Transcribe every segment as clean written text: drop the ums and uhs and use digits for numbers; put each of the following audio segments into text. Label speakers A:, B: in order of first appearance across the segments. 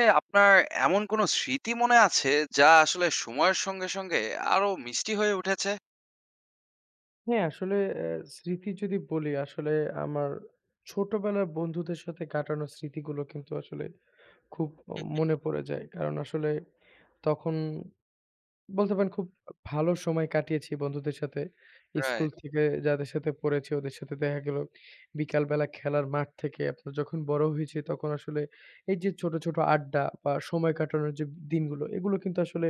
A: এ আপনার এমন কোনো স্মৃতি মনে আছে যা আসলে সময়ের সঙ্গে, সঙ্গে আরো মিষ্টি হয়ে উঠেছে?
B: হ্যাঁ, আসলে স্মৃতি যদি বলি, আসলে আমার ছোটবেলার বন্ধুদের সাথে কাটানো স্মৃতিগুলো কিন্তু আসলে খুব মনে পড়ে যায়। কারণ আসলে তখন বলতে পারেন খুব ভালো সময় কাটিয়েছি বন্ধুদের সাথে। স্কুল
A: রাইট,
B: থেকে যাদের সাথে পড়েছি ওদের সাথে দেখা গেল বিকালবেলা খেলার মাঠ থেকে, আপনার যখন বড় হয়েছি তখন আসলে এই যে ছোট, ছোট আড্ডা বা সময় কাটানোর যে দিনগুলো, এগুলো কিন্তু আসলে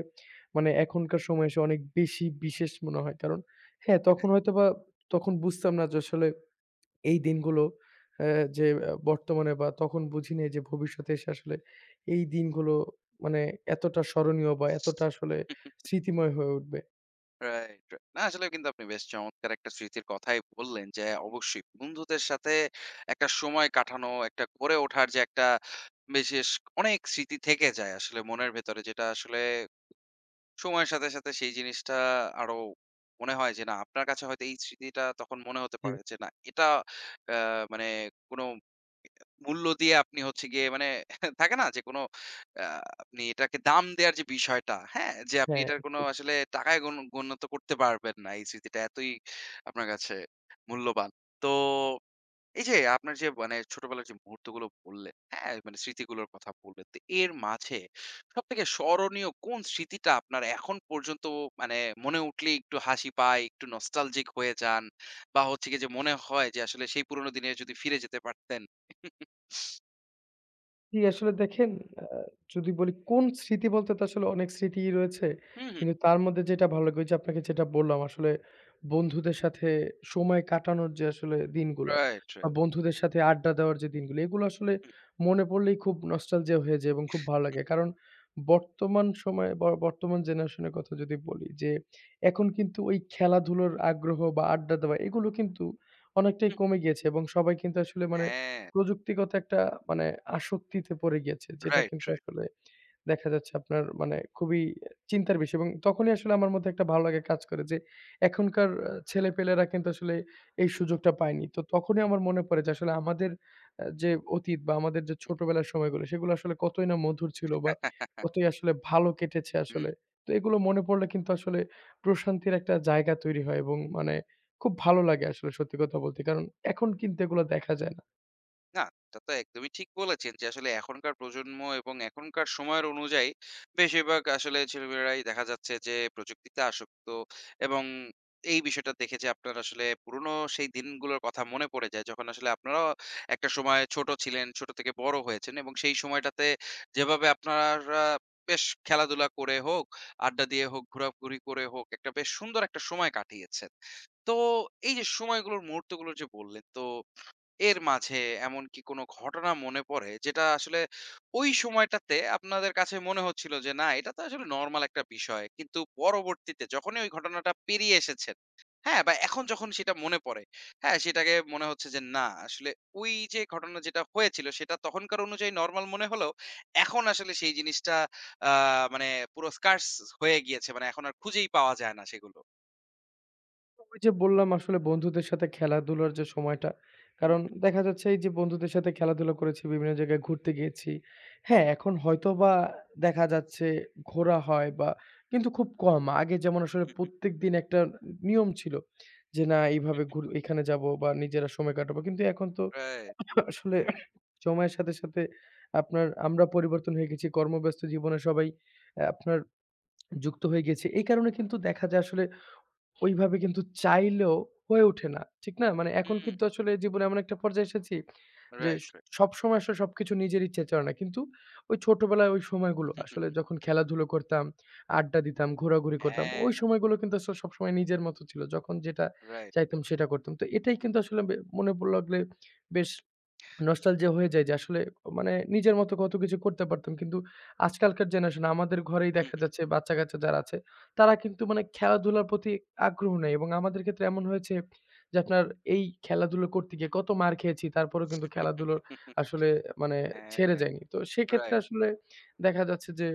B: মানে এখনকার সময়ে এসে অনেক বেশি বিশেষ মনে হয়। কারণ হ্যাঁ, তখন হয়তোবা তখন বুঝতাম না যে আসলে এই দিনগুলো অ্যা যে বর্তমানে, বা তখন বুঝিনি যে ভবিষ্যতে এসে আসলে এই দিনগুলো মানে এতটা স্মরণীয় বা এতটা আসলে স্মৃতিময় হয়ে উঠবে।
A: Right, right. না আসলে কিন্তু আপনি বেশ চমৎকার একটা স্মৃতির কথাই বললেন যে অবশ্যই বন্ধুদের সাথে একটা সময় কাটানো, একটা গড়ে ওঠার যে একটা বিশেষ অনেক স্মৃতি থেকে যায় আসলে মনের ভেতরে, যেটা আসলে সময়ের সাথে, সাথে সেই জিনিসটা আরো মনে হয় যে না আপনার কাছে হয়তো এই স্মৃতিটা তখন মনে হতে
B: জি।
A: পারে যে না এটা আ মানে কোনো মূল্য দিয়ে আপনি হচ্ছে গিয়ে মানে থাকে না যে কোনো আ আপনি এটাকে দাম দেয়ার যে বিষয়টা, হ্যাঁ? যে আপনি
B: হ্যাঁ,
A: এটার কোনো
B: ঠিক।
A: আসলে টাকায় গণ্য তো করতে পারবেন না। এই স্মৃতিটা এতই আপনার কাছে মূল্যবান। তো এই যে আপনার যে মানে ছোটবেলার যে মুহূর্তগুলো বললেন, হ্যাঁ, মানে স্মৃতিগুলোর কথা বললেন। তো এর মাঝে সবথেকে স্মরণীয় কোন স্মৃতিটা আপনার এখন পর্যন্ত মানে মনে উঠলেই একটু হাসি পায়, একটু নস্টালজিক হয়ে যান, বা হচ্ছে গিয়ে যে মনে হয় যে আসলে সেই পুরোনো দিনে যদি ফিরে যেতে পারতেন?
B: জি, আসলে দেখেন, আ যদি বলি কোন স্মৃতি বলতে, তো আসলে অনেক স্মৃতিই রয়েছে।
A: হুম, হুম।
B: কিন্তু তার মধ্যে যেটা ভালো লাগে ওইযে আপনাকে যেটা বললাম, আসলে বন্ধুদের সাথে সময় কাটানোর যে আসলে দিনগুলা
A: রাইট,
B: বা
A: রাইট।
B: বন্ধুদের সাথে আড্ডা দেওয়ার যে দিনগুলো, এগুলো আসলে
A: হুম,
B: মনে পড়লেই খুব নস্টালজিয়া হয়ে যায় এবং খুব ভালো লাগে। কারণ বর্তমান সময়ে বর্তমান জেনারেশন এর কথা যদি বলি, যে এখন কিন্তু ওই খেলাধুলার আগ্রহ বা আড্ডা দেওয়া এগুলো কিন্তু অনেকটাই
A: হুম।
B: কমে গিয়েছে এবং সবাই কিন্তু আসলে মানে
A: হ্যাঁ,
B: প্রযুক্তিগত একটা মানে আসক্তিতে পড়ে গিয়েছে। যেটা
A: রাইট,
B: কিন্তু
A: রাইট।
B: আসলে দেখা যাচ্ছে আপনার মানে খুবই চিন্তার বিষয়, এবং তখনই আসলে আমার মধ্যে একটা ভালো লাগা কাজ করে যে এখনকার ছেলেপেলেরা কিন্তু আসলে এই সুযোগটা পায়নি। তো তখনই আমার মনে পড়ে যে আসলে আমাদের যে অতীত, বা আমাদের যে ছোটবেলার সময়গুলো, সেগুলো আসলে কতই না মধুর ছিল বা কতই আসলে ভালো কেটেছে
A: হুম।
B: আসলে। তো এগুলো মনে পড়লে কিন্তু আসলে প্রশান্তির একটা জায়গা তৈরি হয়, এবং মানে খুব ভালো লাগে আসলে সত্যি কথা বলতে। কারণ এখন কিন্তু এগুলো দেখা যায় না।
A: না, এটা তো একদমই ঠিক বলেছেন যে আসলে এখনকার প্রজন্ম এবং এখনকার সময়ের অনুযায়ী বেশিরভাগ আসলে ছেলেমেয়েরাই দেখা যাচ্ছে যে প্রযুক্তিতে আসক্ত, এবং এই বিষয়টা দেখে যে আপনার আসলে পুরনো সেই দিনগুলোর কথা মনে পড়ে যায় যখন আসলে আপনারাও একটা সময় ছোট ছিলেন, ছোট থেকে বড় হয়েছেন এবং সেই সময়টাতে যেভাবে আপনারা বেশ খেলাধুলা করে হোক, আড্ডা দিয়ে হোক, ঘোরাঘুরি করে হোক, একটা বেশ সুন্দর একটা সময় কাটিয়েছেন। তো এই যে সময়গুলোর মুহূর্তগুলোর যে বললেন, তো এর মাঝে এমন কি কোনো ঘটনা মনে পড়ে যেটা আসলে ওই সময়টাতে আপনাদের কাছে মনে হচ্ছিল যে না এটা তো আসলে নরমাল একটা বিষয়, কিন্তু পরবর্তীতে যখনই ওই ঘটনাটা পেরিয়ে এসেছেন, হ্যাঁ, বা এখন যখন সেটা মনে পড়ে, হ্যাঁ, সেটাকে মনে হচ্ছে যে না আসলে ওই যে ঘটনা যেটা হয়েছিল সেটা তখনকার অনুযায়ী নরমাল মনে হলেও এখন আসলে সেই জিনিসটা মানে পুরো স্কার্স হয়ে গিয়েছে, মানে এখন আর খুঁজেই পাওয়া যায় না সেগুলো।
B: ওই যে বললাম, আসলে বন্ধুদের সাথে খেলাধুলার যে সময়টা,
A: হুম,
B: কারণ দেখা যাচ্ছে এই যে বন্ধুদের সাথে খেলাধুলা করেছি, বিভিন্ন জায়গায় ঘুরতে গিয়েছি। হ্যাঁ, এখন হয়তোবা দেখা যাচ্ছে ঘোরা হয় বা, কিন্তু খুব কম। আগে যেমন আসলে
A: হুম,
B: প্রত্যেকদিন একটা নিয়ম ছিল যে, "না এইভাবে ঘুর, এখানে যাব বা নিজেরা সময় কাটাবো।" কিন্তু এখন তো
A: রাইট।
B: আসলে সময়ের সাথে, সাথে আপনার আমরা পরিবর্তন হয়ে গেছি। কর্মব্যস্ত জীবনে সবাই আপনার যুক্ত হয়ে গেছে। এই কারণে কিন্তু দেখা যায় আসলে ওইভাবে কিন্তু চাইলেও হয়ে ওঠে না। ঠিক না? মানে এখন
A: হুম,
B: কিন্তু আসলে জীবনে এমন একটা পর্যায়ে এসেছি যে
A: রাইট,
B: স
A: রাইট।
B: সবসময় আসলে সবকিছু নিজের ইচ্ছায় চলে না। কিন্তু ওই ছোটবেলায় ওই সময়গুলো, আসলে যখন খেলাধুলো করতাম, আড্ডা দিতাম, ঘোরাঘুরি করতাম,
A: হ্যাঁ,
B: ওই সময়গুলো কিন্তু আসলে সবসময় নিজের মতো ছিল। যখন যেটা
A: রাইট।
B: চাইতাম সেটা করতাম। তো এটাই কিন্তু আসলে মনে পড় লাগলে বেশ নস্টালজিয়া হয়ে যায় যে আসলে মানে নিজের মতো কত কিছু করতে পারতাম। কিন্তু আজকালকার জেনারেশন আমাদের ঘরেই
A: হুম,
B: দেখা যাচ্ছে, বাচ্চা-কাচ্চা যারা আছে তারা কিন্তু মানে খেলাধুলার প্রতি আগ্রহ নেই, এবং আমাদের ক্ষেত্রে এমন হয়েছে যে আপনার এই খেলাধুলো করতে গিয়ে কত মার খেয়েছি, তারপরেও কিন্তু
A: হুম,
B: খেলাধুলোর
A: হুম, হুম।
B: আসলে মানে
A: হ্যাঁ,
B: ছেড়ে যায়নি। তো সেক্ষেত্রে
A: রাইট।
B: আসলে দেখা যাচ্ছে যে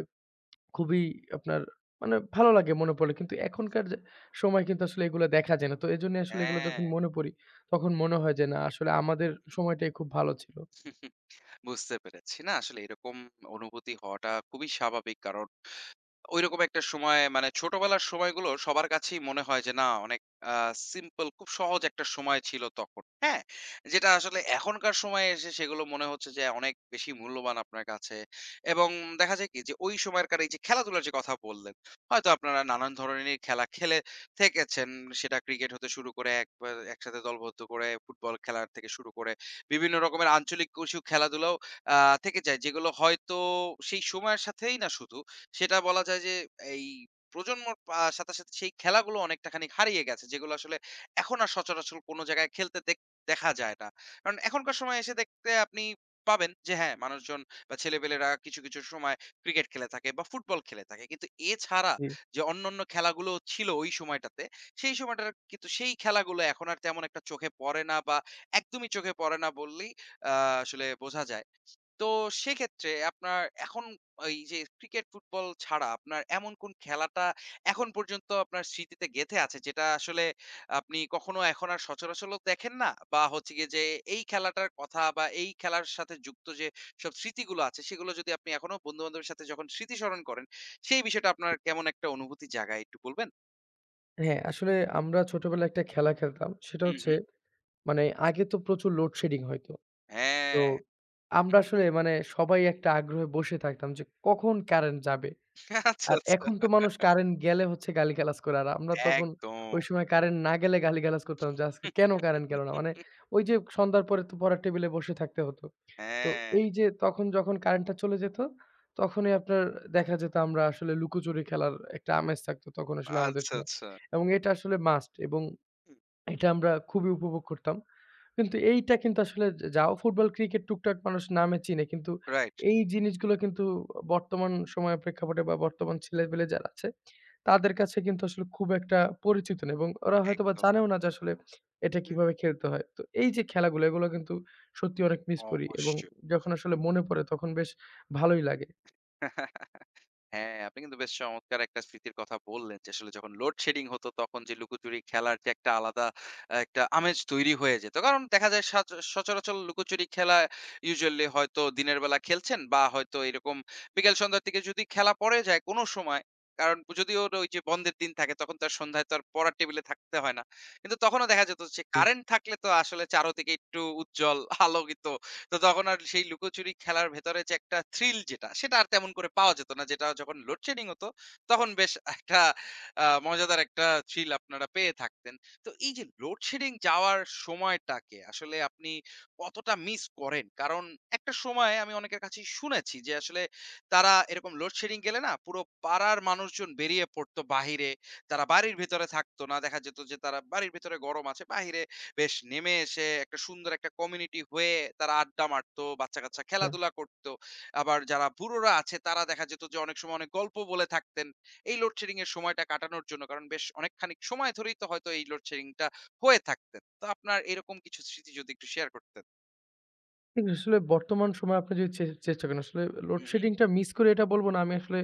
B: খুবই আপনার মানে ভালো লাগে মনে পড়লে। কিন্তু এখনকার যে সময় কিন্তু আসলে এগুলো দেখা যায় না। তো এজন্যই আসলে এগুলো
A: হ্যাঁ,
B: যখন মনে পড়ি তখন মনে হয় যে না, আসলে আমাদের সময়টাই খুব ভালো ছিল।
A: বুঝতে পেরেছি। না আসলে এরকম অনুভূতি হওয়াটা খুবই স্বাভাবিক। কারণ ঐরকম একটা সময়, মানে ছোটবেলার সময়গুলো সবার কাছেই মনে হয় যে না অনেক সিম্পল, খুব সহজ একটা সময় ছিল তখন, হ্যাঁ, যেটা আসলে এখনকার সময়ে এসে সেগুলো মনে হচ্ছে যে অনেক বেশি মূল্যবান আপনার কাছে। এবং দেখা যায় কি যে ওই সময়কার এই যে খেলাধুলার যে কথা বললেন, হয়তো আপনারা নানান ধরনের খেলা খেলে থেকেছেন, সেটা ক্রিকেট হতে শুরু করে একবার একসাথে দলবদ্ধ করে ফুটবল খেলার থেকে শুরু করে বিভিন্ন রকমের আঞ্চলিক কিছু খেলাধুলাও থেকে যায় যেগুলো হয়তো সেই সময়ের সাথেই না শুধু, সেটা বলা যায় যে এই প্রজন্মর সাথে, সাথে সেই খেলাগুলো অনেকটা খানিক হারিয়ে গেছে। যেগুলো আসলে এখন আর সচরাচর কোন জায়গায় খেলতে দেখা যায় না। কারণ এখনকার সময়ে এসে দেখতে আপনি পাবেন যে হ্যাঁ, মানুষজন বা ছেলেপেলেরা কিছু, কিছু সময় ক্রিকেট খেলে থাকে বা ফুটবল খেলে থাকে। কিন্তু এছাড়া
B: জি।
A: যে অন্যান্য খেলাগুলো ছিল ওই সময়টাতে, সেই সময়টার কিন্তু সেই খেলাগুলো এখন আর তেমন একটা চোখে পড়ে না, বা একদমই চোখে পড়ে না বললেই আ আসলে বোঝা যায়। তো সেক্ষেত্রে আপনার এখন এই যে ক্রিকেট, ফুটবল ছাড়া আপনার এমন কোন খেলাটা এখন পর্যন্ত আপনার স্মৃতিতে গেঁথে আছে যেটা আসলে আপনি কখনো এখন আর সচরাচর দেখেন না? বা হচ্ছে গিয়ে যে এই খেলাটার কথা বা এই খেলার সাথে যুক্ত যে সব স্মৃতিগুলো আছে সেগুলো যদি আপনি এখনো বন্ধু-বান্ধবের সাথে যখন স্মৃতিস্মরণ করেন, সেই বিষয়টা আপনার কেমন একটা অনুভূতি জাগায় একটু বলবেন?
B: হ্যাঁ, আসলে আমরা ছোটবেলায় একটা খেলা খেলতাম। সেটা
A: হুম,
B: হচ্ছে,
A: হুম।
B: মানে আগে তো প্রচুর লোডশেডিং হইতো। তো
A: হ্যাঁ,
B: আমরা আসলে মানে সবাই একটা আগ্রহে বসে থাকতাম যে কখন কারেন্ট যাবে।
A: আচ্ছা,
B: আর
A: আচ্ছা।
B: এখন তো মানুষ কারেন্ট গেলে হচ্ছে গালিগালাজ করে। আর আমরা তখন
A: একদম।
B: ওই সময় কারেন্ট না গেলে গালিগালাজ করতাম যে, "আজকে কেন কারেন্ট গেল না?" মানে ওই যে সন্ধ্যার পরে তো পড়ার টেবিলে বসে থাকতে হতো। তো
A: হ্যাঁ,
B: এই যে তখন যখন কারেন্টটা চলে যেত, তখনই আপনার দেখা যেত আমরা আসলে লুকোচুরি খেলার একটা আমেজ থাকতো তখন আসলে আমাদের
A: আচ্ছা,
B: সময়।
A: আচ্ছা।
B: এবং এটা আসলে মাস্ট, এবং এটা আমরা খুবই উপভোগ করতাম। কিন্তু এইটা কিন্তু আসলে যাও ফুটবল, ক্রিকেট টুকটাক মানুষ নামে চিনে। কিন্তু
A: রাইট,
B: এই জিনিসগুলো কিন্তু বর্তমান সময়ের প্রেক্ষাপটে বা বর্তমান ছেলেপেলে যারা আছে, তাদের কাছে কিন্তু আসলে খুব একটা পরিচিত না, এবং ওরা হয়তোবা
A: একদম।
B: জানেও না যে আসলে এটা
A: হুম,
B: কিভাবে খেলতে হয়। তো এই যে খেলাগুলো, এগুলো কিন্তু সত্যি অনেক মিস করি, এবং
A: অবশ্যই।
B: যখন আসলে মনে পড়ে তখন বেশ ভালোই লাগে।
A: হ্যাঁ, আপনি কিন্তু বেশ চমৎকার একটা স্মৃতির কথা বললেন যে আসলে যখন লোডশেডিং হতো তখন যে লুকোচুরি খেলার যে একটা আলাদা একটা আমেজ তৈরি হয়ে যেত। কারণ দেখা যায় সচরাচর লুকোচুরি খেলা ইউজুয়ালি হয়তো দিনের বেলা খেলছেন, বা হয়তো এরকম বিকেল সন্ধ্যার দিকে যদি খেলা পড়ে যায় কোন সময়, কারণ যদিও ওই যে বন্ধের দিন থাকে তখন তো আর সন্ধ্যায় তো আর পড়ার টেবিলে থাকতে হয় না। কিন্তু তখনও দেখা যেত যে
B: ঠিক।
A: কারেন্ট থাকলে তো আসলে চারদিকে একটু উজ্জ্বল আলোকিত, তো তখন আর সেই লুকোচুরি খেলার ভেতরে যে একটা থ্রিল যেটা, সেটা আর তেমন করে পাওয়া যেত না। যেটা যখন লোডশেডিং হতো, তখন বেশ একটা মজাদার একটা থ্রিল আপনারা পেয়ে থাকতেন। তো এই যে লোডশেডিং যাওয়ার সময়টাকে আসলে আপনি কতটা মিস করেন? কারণ একটা সময়ে আমি অনেকের কাছেই শুনেছি যে আসলে তারা এরকম লোডশেডিং গেলে না পুরো পাড়ার মানুষজন বেরিয়ে পড়তো বাহিরে। তারা বাড়ির ভেতরে থাকতো না। দেখা যেত যে তারা বাড়ির ভেতরে গরম আছে, বাহিরে বেশ নেমে এসে একটা সুন্দর একটা কমিউনিটি হয়ে তারা আড্ডা মারতো, বাচ্চা-কাচ্চা
B: আচ্ছা।
A: খেলাধুলা করতো। আবার যারা বুড়োরা আছে তারা দেখা যেত যে অনেক সময় অনেক গল্প বলে থাকতেন এই লোডশেডিং এর সময়টা কাটানোর জন্য, কারণ বেশ অনেকখানি সময় ধরেই তো হয়তো এই লোডশেডিং টা হয়ে থাকতেন। তো আপনার এরকম কিছু স্মৃতি যদি একটু শেয়ার করতেন?
B: কিন্তু আসলে বর্তমান সময়ে আপনি যদি চেষ্টা করেন, আসলে
A: হু, হু।
B: লোডশেডিংটা মিস করি এটা বলব না। আমি আসলে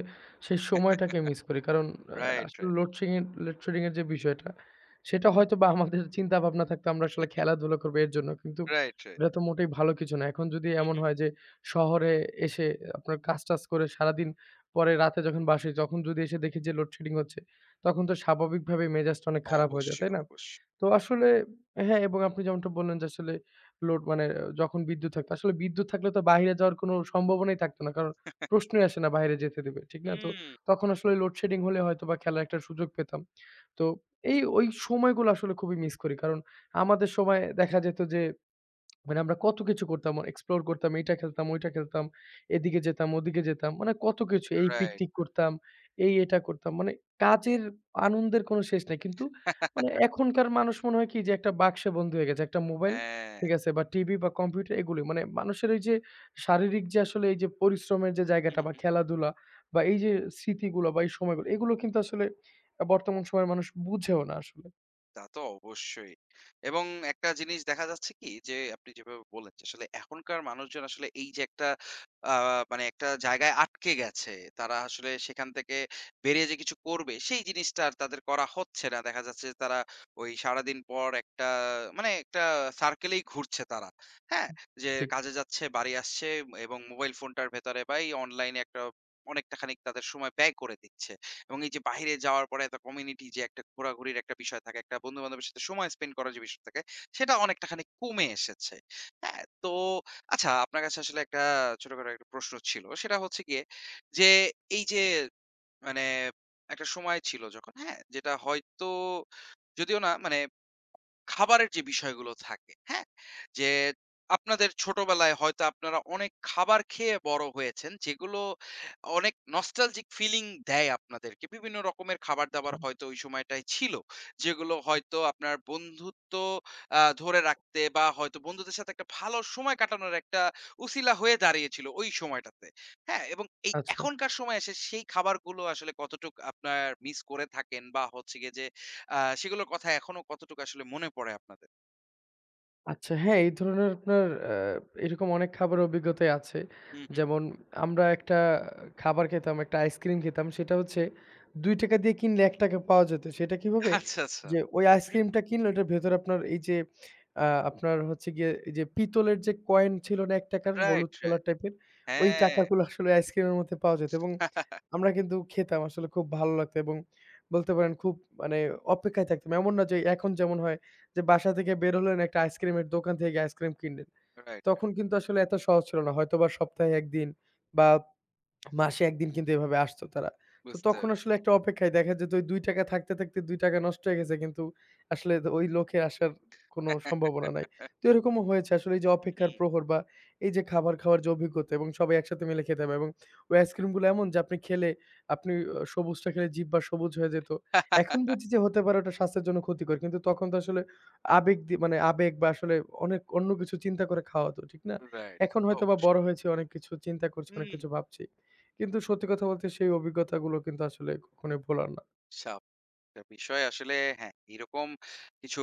B: সেই সময়টাকে মিস করি। কারণ
A: রাইট,
B: আসলে
A: রাইট।
B: লোডশেডিং লোডশেডিং এর যে বিষয়টা, সেটা হয়তোবা আমাদের চিন্তাভাবনা থাকতো আমরা আসলে খেলাধুলা করব এর জন্য। কিন্তু
A: রাইট, রাইট।
B: এটা তো মোটেই ভালো কিছু না। এখন যদি
A: হু,
B: এমন
A: হু।
B: হয় যে শহরে এসে আপনার কাজ-টাজ করে সারাদিন পরে রাতে যখন বাসায় যখন যদি এসে দেখি যে লোডশেডিং হচ্ছে, তখন তো স্বাভাবিকভাবেই মেজাজটা অনেক খারাপ হয়ে যায়,
A: অবশ্যই,
B: তাই না?
A: অবশ্যই।
B: তো আসলে হ্যাঁ, এবং আপনি যেমনটা বললেন যে আসলে মানে যখন বিদ্যুৎ থাকতো। আসলে বিদ্যুৎ থাকলে তো বাহিরে যাওয়ার কোনো সম্ভাবনাই থাকতো না। কারণ প্রশ্নই আসে না বাইরে যেতে দেবে। ঠিক না? তো
A: হুম।
B: তখন আসলে লোডশেডিং হলে হয়তোবা খেলার একটা সুযোগ পেতাম। তো এই ওই সময়গুলো আসলে খুবই মিস করি। কারণ আমাদের সময় দেখা যেত যে মানে আমরা কত কিছু করতাম, এক্সপ্লোর করতাম, এইটা খেলতাম, ওইটা খেলতাম, এদিকে যেতাম, ওদিকে যেতাম। মানে কত কিছু। এই
A: রাইট।
B: পিকনিক করতাম, এই এটা করতাম। মানে কাজের, আনন্দের কোনো শেষ নাই। কিন্তু মানে এখনকার মানুষ মনে হয় কি যে একটা বাক্সে বন্দী হয়ে গেছে। একটা মোবাইল,
A: হ্যাঁ।
B: ঠিক আছে? বা টিভি বা কম্পিউটার, এগুলোই। মানে মানুষের ওই যে শারীরিক যে আসলে এই যে পরিশ্রমের যে জায়গাটা, বা খেলাধুলা, বা এই যে স্মৃতিগুলো বা এই সময়গুলো, এগুলো কিন্তু আসলে বর্তমান সময়ের মানুষ বুঝেও না আসলে।
A: তা তো অবশ্যই। এবং একটা জিনিস দেখা যাচ্ছে কি যে আপনি যেভাবে বললেন যে আসলে এখনকার মানুষজন আসলে এই যে একটা আ মানে একটা জায়গায় আটকে গেছে। তারা আসলে সেখান থেকে বেরিয়ে যে কিছু করবে সেই জিনিসটা আর তাদের করা হচ্ছে না। দেখা যাচ্ছে যে তারা ওই সারাদিন পর একটা মানে একটা সার্কেলেই ঘুরছে তারা। হ্যাঁ? যে
B: ঠিক
A: কাজে যাচ্ছে, বাড়ি আসছে এবং মোবাইল ফোনটার ভেতরে বা এই অনলাইনে একটা অনেকটা খানিক তাদের সময় ব্যয় করে দিচ্ছে। এবং এই যে বাহিরে যাওয়ার পরে এত কমিউনিটি যে একটা ঘোরাঘুরির একটা বিষয় থাকে, একটা বন্ধু-বান্ধবের সাথে সময় স্পেন্ড করার যে বিষয় থাকে, সেটা অনেকটা খানি কমে এসেছে। হ্যাঁ? তো আচ্ছা আপনার কাছে আসলে একটা ছোটখাটো একটা প্রশ্ন ছিল। সেটা হচ্ছে গিয়ে যে এই যে মানে একটা সময় ছিল যখন, হ্যাঁ? যেটা হয়তো যদিও না মানে খাবারের যে বিষয়গুলো থাকে, হ্যাঁ? যে আপনাদের ছোটবেলায় হয়তো আপনারা অনেক খাবার খেয়ে বড় হয়েছেন, যেগুলো অনেক নস্টালজিক ফিলিং দেয় আপনাদেরকে। বিভিন্ন রকমের খাবার-দাবার হয়তো ওই সময়টায় ছিল। যেগুলো হয়তো আপনার বন্ধুত্ব ধরে রাখতে বা হয়তো বন্ধুদের সাথে একটা ভালো সময় কাটানোর একটা উছিলা হয়ে দাঁড়িয়েছিল ওই সময়টাতে। হ্যাঁ? এবং এই
B: আচ্ছা।
A: এখনকার সময়ে এসে সেই খাবারগুলো আসলে কতটুক আপনার মিস করে থাকেন বা হচ্ছে গিয়ে যে আ সেগুলোর কথা এখনো কতটুকু আসলে মনে পড়ে আপনাদের?
B: আচ্ছা হ্যাঁ, এই ধরনের আপনার আ এরকম অনেক খাবারের অভিজ্ঞতাই আছে।
A: হুম, হুম।
B: যেমন আমরা একটা খাবার খেতাম, একটা আইসক্রিম খেতাম। সেটা হচ্ছে ৳২ দিয়ে কিনলে ৳১ পাওয়া যেত। সেটা কিভাবে?
A: আচ্ছা, আচ্ছা।
B: যে ওই
A: হুম,
B: আইসক্রিমটা কিনলে ওটার ভেতরে আপনার এই যে, আপনার হচ্ছে গিয়ে এই যে পিতলের যে কয়েন ছিল না ৳১ র
A: রাইট,
B: হলুদ কালার
A: রাইট।
B: টাইপের, ওই
A: হ্যাঁ,
B: টাকাগুলো আসলে আইসক্রিমের মধ্যে পাওয়া যেত, এবং আমরা কিন্তু খেতাম। আসলে খুব ভালো লাগতো, এবং বলতে পারেন খুব মানে অপেক্ষায় থাকতাম। এমন না যে এখন যেমন হয় যে বাসা থেকে বের হলেন একটা আইসক্রিমের দোকান থেকে আইসক্রিম কিনলেন।
A: রাইট, রাইট,
B: তখন কিন্তু আসলে এত সহজ ছিল না। হয়তোবা সপ্তাহে ১ দিন বা মাসে ১ দিন কিন্তু এভাবে আসতো তারা। তো
A: বুঝতে
B: তখন আসলে একটা অপেক্ষায় দেখা যেত ওই ৳২ থাকতে, থাকতে ৳২ নষ্ট হয়ে গেছে কিন্তু আসলে ওই লোকের আসার কোনো সম্ভাবনা নাই। তো এরকমও হয়েছে আসলে, এই যে
A: হুম,
B: অপেক্ষার প্রহর, বা এই যে খাবার খাওয়ার যে অভিজ্ঞতা, এবং সবাই একসাথে মিলে খেতে হবে, এবং ওই আইসক্রিমগুলো এমন যে আপনি খেলে আপনি সবুজটা খেলে জিহ্বা সবুজ হয়ে যেত।
A: রাইট,
B: এখন বুঝি যে হতে পারে ওটা স্বাস্থ্যের জন্য ক্ষতিকর। কিন্তু তখন তো আসলে আবেগ দিয়ে, মানে আবেগ বা আসলে অনেক অন্য কিছু চিন্তা করে খাওয়া হতো, ঠিক না? এখন হয়তোবা
A: অবশ্যই।
B: বড় হয়েছি, অনেক কিছু চিন্তা করছি, অনেক
A: হুম।
B: কিছু ভাবছি। কিন্তু সত্যি কথা বলতে সেই অভিজ্ঞতাগুলো কিন্তু আসলে কখনোই ভোলার না।
A: স্বা একটা বিষয় আসলে, হ্যাঁ, এরকম কিছু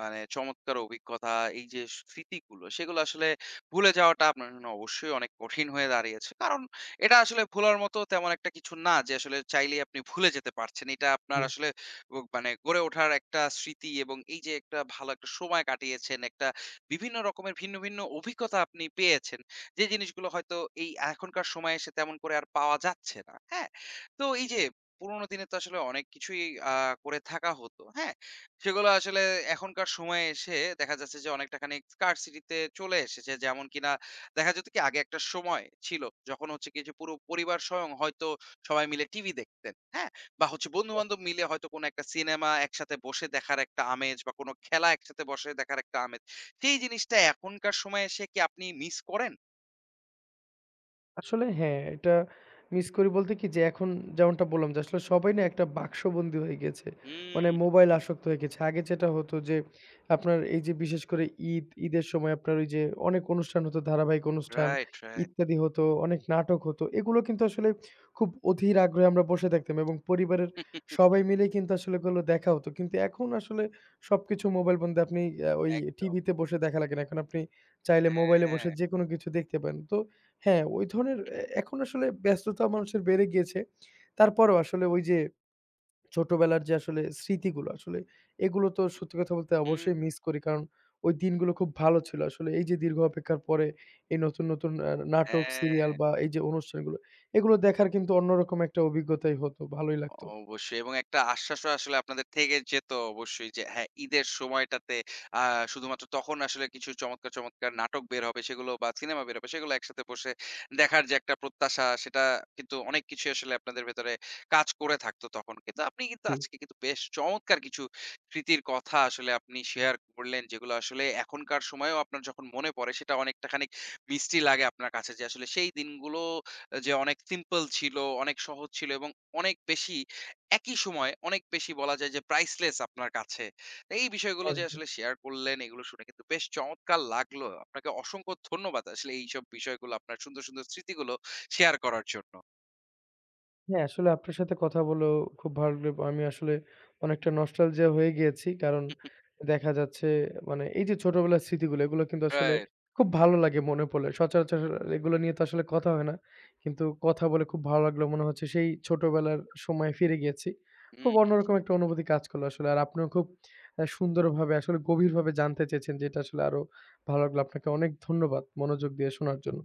A: মানে চমৎকার অভিজ্ঞতা, এই যে স্মৃতিগুলো, সেগুলো আসলে ভুলে যাওয়াটা আপনার জন্য অবশ্যই অনেক কঠিন হয়ে দাঁড়িয়েছে। কারণ এটা আসলে ভোলার মতো তেমন একটা কিছু না যে আসলে চাইলেই আপনি ভুলে যেতে পারছেন। এটা আপনার
B: হুম।
A: আসলে ও মানে গড়ে ওঠার একটা স্মৃতি এবং এই যে একটা ভালো একটা সময় কাটিয়েছেন, একটা বিভিন্ন রকমের ভিন্ন, ভিন্ন অভিজ্ঞতা আপনি পেয়েছেন। যে জিনিসগুলো হয়তো এই এখনকার সময়ে এসে তেমন করে আর পাওয়া যাচ্ছে না। হ্যাঁ? তো এই যে পুরোনো দিনে তো আসলে অনেক কিছুই আ করে থাকা হতো। হ্যাঁ? সেগুলো আসলে এখনকার সময়ে এসে দেখা যাচ্ছে যে অনেকটা খানিক scarcity তে চলে এসেছে। যেমন কিনা দেখা যেত কি আগে একটা সময় ছিল যখন হচ্ছে কি যে পুরো পরিবার স্বয়ং হয়তো সবাই মিলে টিভি দেখতেন। হ্যাঁ? বা হচ্ছে বন্ধু-বান্ধব মিলে হয়তো কোনো একটা সিনেমা একসাথে বসে দেখার একটা আমেজ, বা কোনো খেলা একসাথে বসে দেখার একটা আমেজ। সেই জিনিসটা এখনকার সময়ে এসে কি আপনি মিস করেন?
B: আসলে হ্যাঁ, এটা মিস করি বলতে কি যে এখন যেমনটা বললাম যে আসলে সবাই না একটা বাক্সবন্দী হয়ে গেছে।
A: হুম।
B: মানে মোবাইল আসক্ত হয়ে গেছে। আগে যেটা হতো যে আপনার এই যে বিশেষ করে ঈদ, ঈদের সময় আপনার ওই যে অনেক অনুষ্ঠান হতো, ধারাবাহিক অনুষ্ঠান
A: রাইট, রাইট।
B: ইত্যাদি হতো, অনেক নাটক হতো। এগুলো কিন্তু আসলে খুব অধীর আগ্রহে আমরা বসে থাকতাম, এবং পরিবারের সবাই মিলে কিন্তু আসলে এগুলো দেখা হতো। কিন্তু এখন আসলে সবকিছু মোবাইল বন্ধী, আপনি ওই
A: একদম।
B: টিভিতে বসে দেখা লাগে না। এখন আপনি চাইলে মোবাইলে
A: হ্যাঁ।
B: বসে যেকোনো কিছু দেখতে পান। তো হ্যাঁ, ওই ধরনের এখন আসলে ব্যস্ততা মানুষের বেড়ে গিয়েছে। তারপরেও আসলে ওই যে ছোটবেলার যে আসলে স্মৃতিগুলো, আসলে এগুলো তো সত্যি কথা বলতে
A: হুম,
B: অবশ্যই মিস করি। কারণ ওই দিনগুলো খুব ভালো ছিল। আসলে এই যে দীর্ঘ অপেক্ষার পরে এই নতুন, নতুন নাটক,
A: হ্যাঁ।
B: সিরিয়াল, বা এই যে অনুষ্ঠানগুলো, এগুলো দেখার কিন্তু অন্যরকম একটা অভিজ্ঞতাই হতো। ভালোই লাগতো।
A: অবশ্যই, এবং একটা আশ্বাসও আসলে আপনাদের থেকে যেত অবশ্যই যে হ্যাঁ, ঈদের সময়টাতে আ শুধুমাত্র তখন আসলে কিছু চমৎকার, চমৎকার নাটক বের হবে সেগুলো বা সিনেমা বের হবে সেগুলো একসাথে বসে দেখার যে একটা প্রত্যাশা, সেটা কিন্তু অনেক কিছুই আসলে আপনাদের ভেতরে কাজ করে থাকতো তখন। কিন্তু আপনি কিন্তু
B: জি,
A: আজকে কিন্তু বেশ চমৎকার কিছু স্মৃতির কথা আসলে আপনি শেয়ার করলেন, যেগুলো আসলে এখনকার সময়েও আপনার যখন মনে পড়ে সেটা অনেকটা খানিক মিষ্টি লাগে আপনার কাছে, যে আসলে সেই দিনগুলো যে অনেক সিম্পল ছিল, অনেক সহজ ছিল এবং অনেক বেশি, একই সময়ে অনেক বেশি বলা যায় যে প্রাইসলেস আপনার কাছে। এই বিষয়গুলো যে
B: একদম।
A: আসলে শেয়ার করলেন, এগুলো শুনে কিন্তু বেশ চমৎকার লাগলো। আপনাকে অসংখ্য ধন্যবাদ আসলে এইসব বিষয়গুলো, আপনার সুন্দর, সুন্দর স্মৃতিগুলো শেয়ার করার জন্য।
B: হ্যাঁ, আসলে আপনার সাথে কথা বলেও খুব ভালো লাগলো। আমি আসলে অনেকটা নস্টালজিয়া হয়ে গিয়েছি। কারণ দেখা যাচ্ছে মানে এই যে ছোটবেলার স্মৃতিগুলো, এগুলো কিন্তু আসলে
A: রাইট।
B: খুব ভালো লাগে মনে পড়লে। সচরাচর এগুলো নিয়ে তো আসলে কথা হয় না। কিন্তু কথা বলে খুব ভালো লাগলো। মনে হচ্ছে সেই ছোটবেলার সময়ে ফিরে গিয়েছি। খুব
A: হুম।
B: অন্যরকম একটা অনুভূতি কাজ করলো আসলে। আর আপনিও খুব সুন্দরভাবে আসলে গভীরভাবে জানতে চেয়েছেন, যেটা আসলে আরো ভালো লাগলো। আপনাকে অনেক ধন্যবাদ মনোযোগ দিয়ে শোনার জন্য।